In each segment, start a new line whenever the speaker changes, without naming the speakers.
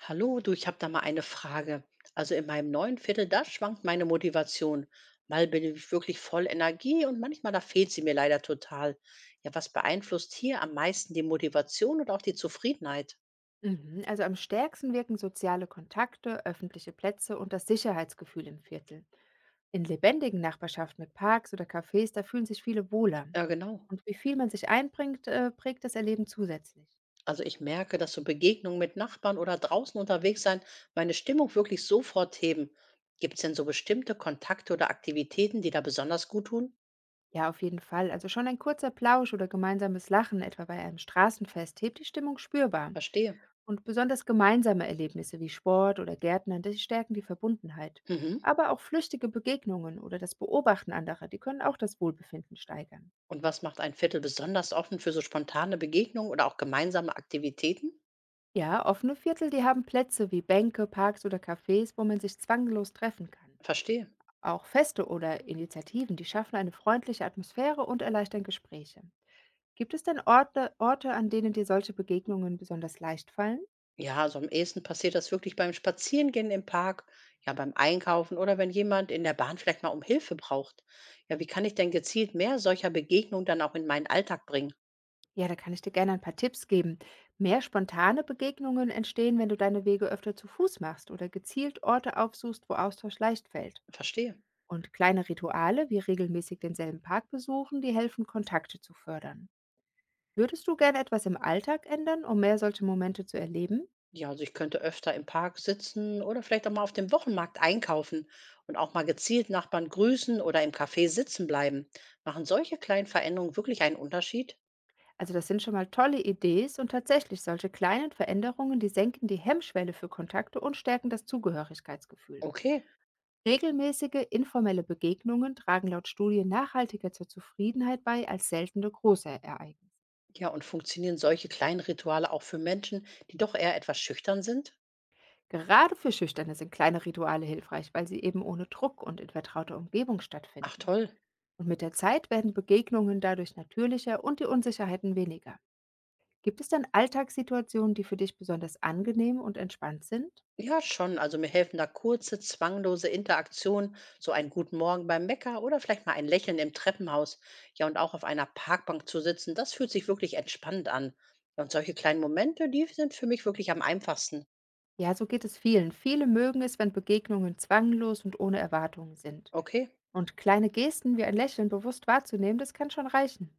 Hallo, du, ich habe da mal eine Frage. Also in meinem neuen Viertel, da schwankt meine Motivation. Mal bin ich wirklich voll Energie und manchmal, da fehlt sie mir leider total. Ja, was beeinflusst hier am meisten die Motivation und auch die Zufriedenheit?
Mhm, also am stärksten wirken soziale Kontakte, öffentliche Plätze und das Sicherheitsgefühl im Viertel. In lebendigen Nachbarschaften mit Parks oder Cafés, da fühlen sich viele wohler.
Ja, genau.
Und wie viel man sich einbringt, prägt das Erleben zusätzlich.
Also ich merke, dass so Begegnungen mit Nachbarn oder draußen unterwegs sein meine Stimmung wirklich sofort heben. Gibt es denn so bestimmte Kontakte oder Aktivitäten, die da besonders gut tun?
Ja, auf jeden Fall. Also schon ein kurzer Plausch oder gemeinsames Lachen, etwa bei einem Straßenfest, hebt die Stimmung spürbar.
Verstehe.
Und besonders gemeinsame Erlebnisse wie Sport oder Gärtnern, die stärken die Verbundenheit.
Mhm.
Aber auch flüchtige Begegnungen oder das Beobachten anderer, die können auch das Wohlbefinden steigern.
Und was macht ein Viertel besonders offen für so spontane Begegnungen oder auch gemeinsame Aktivitäten?
Ja, offene Viertel, die haben Plätze wie Bänke, Parks oder Cafés, wo man sich zwanglos treffen kann.
Verstehe.
Auch Feste oder Initiativen, die schaffen eine freundliche Atmosphäre und erleichtern Gespräche. Gibt es denn Orte, an denen dir solche Begegnungen besonders leicht fallen?
Ja, so am ehesten passiert das wirklich beim Spazierengehen im Park, ja, beim Einkaufen oder wenn jemand in der Bahn vielleicht mal um Hilfe braucht. Ja, wie kann ich denn gezielt mehr solcher Begegnungen dann auch in meinen Alltag bringen?
Ja, da kann ich dir gerne ein paar Tipps geben. Mehr spontane Begegnungen entstehen, wenn du deine Wege öfter zu Fuß machst oder gezielt Orte aufsuchst, wo Austausch leicht fällt.
Verstehe.
Und kleine Rituale wie regelmäßig denselben Park besuchen, die helfen, Kontakte zu fördern. Würdest du gerne etwas im Alltag ändern, um mehr solche Momente zu erleben?
Ja, also ich könnte öfter im Park sitzen oder vielleicht auch mal auf dem Wochenmarkt einkaufen und auch mal gezielt Nachbarn grüßen oder im Café sitzen bleiben. Machen solche kleinen Veränderungen wirklich einen Unterschied?
Also das sind schon mal tolle Ideen und tatsächlich solche kleinen Veränderungen, die senken die Hemmschwelle für Kontakte und stärken das Zugehörigkeitsgefühl.
Okay.
Regelmäßige informelle Begegnungen tragen laut Studien nachhaltiger zur Zufriedenheit bei als seltene große Ereignisse.
Ja, und funktionieren solche kleinen Rituale auch für Menschen, die doch eher etwas schüchtern sind?
Gerade für Schüchterne sind kleine Rituale hilfreich, weil sie eben ohne Druck und in vertrauter Umgebung
Ach
stattfinden.
toll.
Und mit der Zeit werden Begegnungen dadurch natürlicher und die Unsicherheiten weniger. Gibt es denn Alltagssituationen, die für dich besonders angenehm und entspannt sind?
Ja, schon. Also mir helfen da kurze, zwanglose Interaktionen, so einen guten Morgen beim Bäcker oder vielleicht mal ein Lächeln im Treppenhaus. Ja, und auch auf einer Parkbank zu sitzen, das fühlt sich wirklich entspannend an. Ja, und solche kleinen Momente, die sind für mich wirklich am einfachsten.
Ja, so geht es vielen. Viele mögen es, wenn Begegnungen zwanglos und ohne Erwartungen sind.
Okay.
Und kleine Gesten wie ein Lächeln bewusst wahrzunehmen, das kann schon reichen.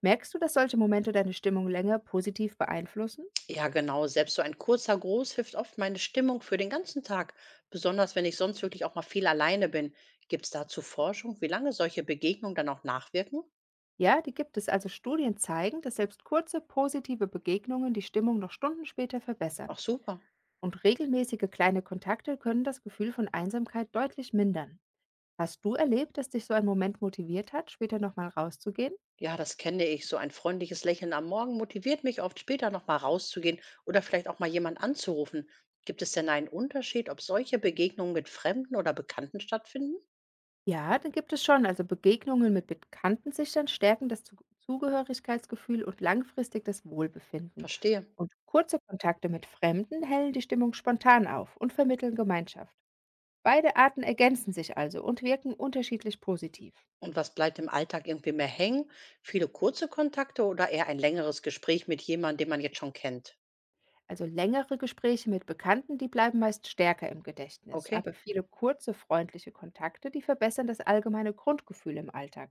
Merkst du, dass solche Momente deine Stimmung länger positiv beeinflussen?
Ja, genau. Selbst so ein kurzer Gruß hilft oft meine Stimmung für den ganzen Tag. Besonders wenn ich sonst wirklich auch mal viel alleine bin. Gibt es dazu Forschung, wie lange solche Begegnungen dann auch nachwirken?
Ja, die gibt es. Also Studien zeigen, dass selbst kurze, positive Begegnungen die Stimmung noch Stunden später verbessern.
Ach super.
Und regelmäßige kleine Kontakte können das Gefühl von Einsamkeit deutlich mindern. Hast du erlebt, dass dich so ein Moment motiviert hat, später nochmal rauszugehen?
Ja, das kenne ich. So ein freundliches Lächeln am Morgen motiviert mich oft später nochmal rauszugehen oder vielleicht auch mal jemand anzurufen. Gibt es denn einen Unterschied, ob solche Begegnungen mit Fremden oder Bekannten stattfinden?
Ja, dann gibt es schon. Also Begegnungen mit Bekannten sich dann stärken das Zugehörigkeitsgefühl und langfristig das Wohlbefinden.
Verstehe.
Und kurze Kontakte mit Fremden hellen die Stimmung spontan auf und vermitteln Gemeinschaft. Beide Arten ergänzen sich also und wirken unterschiedlich positiv.
Und was bleibt im Alltag irgendwie mehr hängen? Viele kurze Kontakte oder eher ein längeres Gespräch mit jemandem, den man jetzt schon kennt?
Also längere Gespräche mit Bekannten, die bleiben meist stärker im Gedächtnis,
Okay.
aber viele kurze, freundliche Kontakte, die verbessern das allgemeine Grundgefühl im Alltag.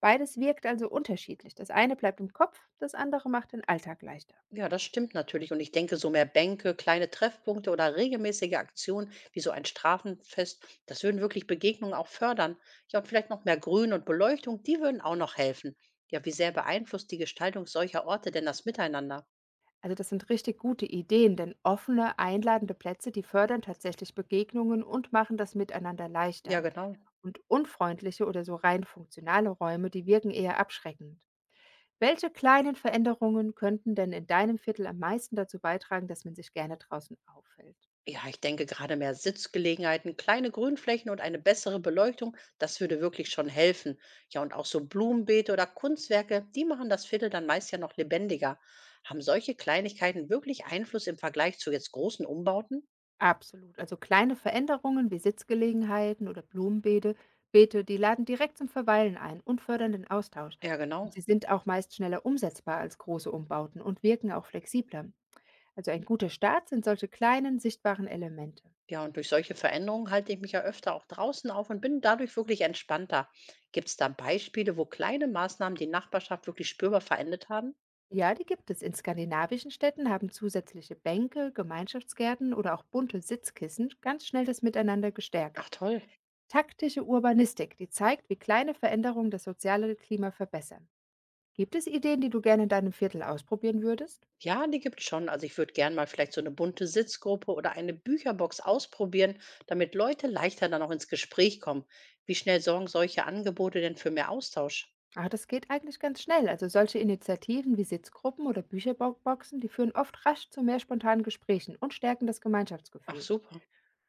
Beides wirkt also unterschiedlich. Das eine bleibt im Kopf, das andere macht den Alltag leichter.
Ja, das stimmt natürlich. Und ich denke, so mehr Bänke, kleine Treffpunkte oder regelmäßige Aktionen wie so ein Straßenfest, das würden wirklich Begegnungen auch fördern. Ja, und vielleicht noch mehr Grün und Beleuchtung, die würden auch noch helfen. Ja, wie sehr beeinflusst die Gestaltung solcher Orte denn das Miteinander?
Also das sind richtig gute Ideen, denn offene, einladende Plätze, die fördern tatsächlich Begegnungen und machen das Miteinander
Ja,
leichter.
genau.
Und unfreundliche oder so rein funktionale Räume, die wirken eher abschreckend. Welche kleinen Veränderungen könnten denn in deinem Viertel am meisten dazu beitragen, dass man sich gerne draußen aufhält?
Ja, ich denke gerade mehr Sitzgelegenheiten, kleine Grünflächen und eine bessere Beleuchtung, das würde wirklich schon helfen. Ja, und auch so Blumenbeete oder Kunstwerke, die machen das Viertel dann meist ja noch lebendiger. Haben solche Kleinigkeiten wirklich Einfluss im Vergleich zu jetzt großen Umbauten?
Absolut. Also kleine Veränderungen wie Sitzgelegenheiten oder Blumenbeete, Beete, die laden direkt zum Verweilen ein und fördern den Austausch.
Ja,
Und
genau.
sie sind auch meist schneller umsetzbar als große Umbauten und wirken auch flexibler. Also ein guter Start sind solche kleinen, sichtbaren Elemente.
Ja, und durch solche Veränderungen halte ich mich ja öfter auch draußen auf und bin dadurch wirklich entspannter. Gibt es da Beispiele, wo kleine Maßnahmen die Nachbarschaft wirklich spürbar verändert haben?
Ja, die gibt es. In skandinavischen Städten haben zusätzliche Bänke, Gemeinschaftsgärten oder auch bunte Sitzkissen ganz schnell das Miteinander gestärkt.
Ach toll.
Taktische Urbanistik, die zeigt, wie kleine Veränderungen das soziale Klima verbessern. Gibt es Ideen, die du gerne in deinem Viertel ausprobieren würdest?
Ja, die gibt's schon. Also ich würde gern mal vielleicht so eine bunte Sitzgruppe oder eine Bücherbox ausprobieren, damit Leute leichter dann auch ins Gespräch kommen. Wie schnell sorgen solche Angebote denn für mehr Austausch?
Ah, das geht eigentlich ganz schnell. Also solche Initiativen wie Sitzgruppen oder Bücherboxen, die führen oft rasch zu mehr spontanen Gesprächen und stärken das
Ach
Gemeinschaftsgefühl.
super.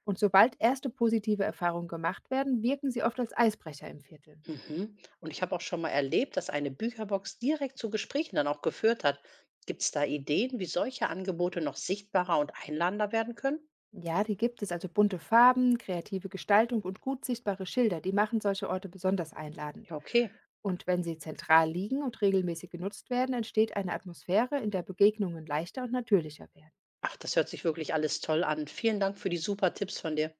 Und sobald erste positive Erfahrungen gemacht werden, wirken sie oft als Eisbrecher im Viertel.
Mhm. Und ich habe auch schon mal erlebt, dass eine Bücherbox direkt zu Gesprächen dann auch geführt hat. Gibt's da Ideen, wie solche Angebote noch sichtbarer und einladender werden können?
Ja, die gibt es, also bunte Farben, kreative Gestaltung und gut sichtbare Schilder, die machen solche Orte besonders einladend.
Ja, okay.
Und wenn sie zentral liegen und regelmäßig genutzt werden, entsteht eine Atmosphäre, in der Begegnungen leichter und natürlicher werden.
Ach, das hört sich wirklich alles toll an. Vielen Dank für die super Tipps von dir.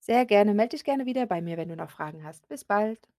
Sehr gerne, melde dich gerne wieder bei mir, wenn du noch Fragen hast. Bis bald.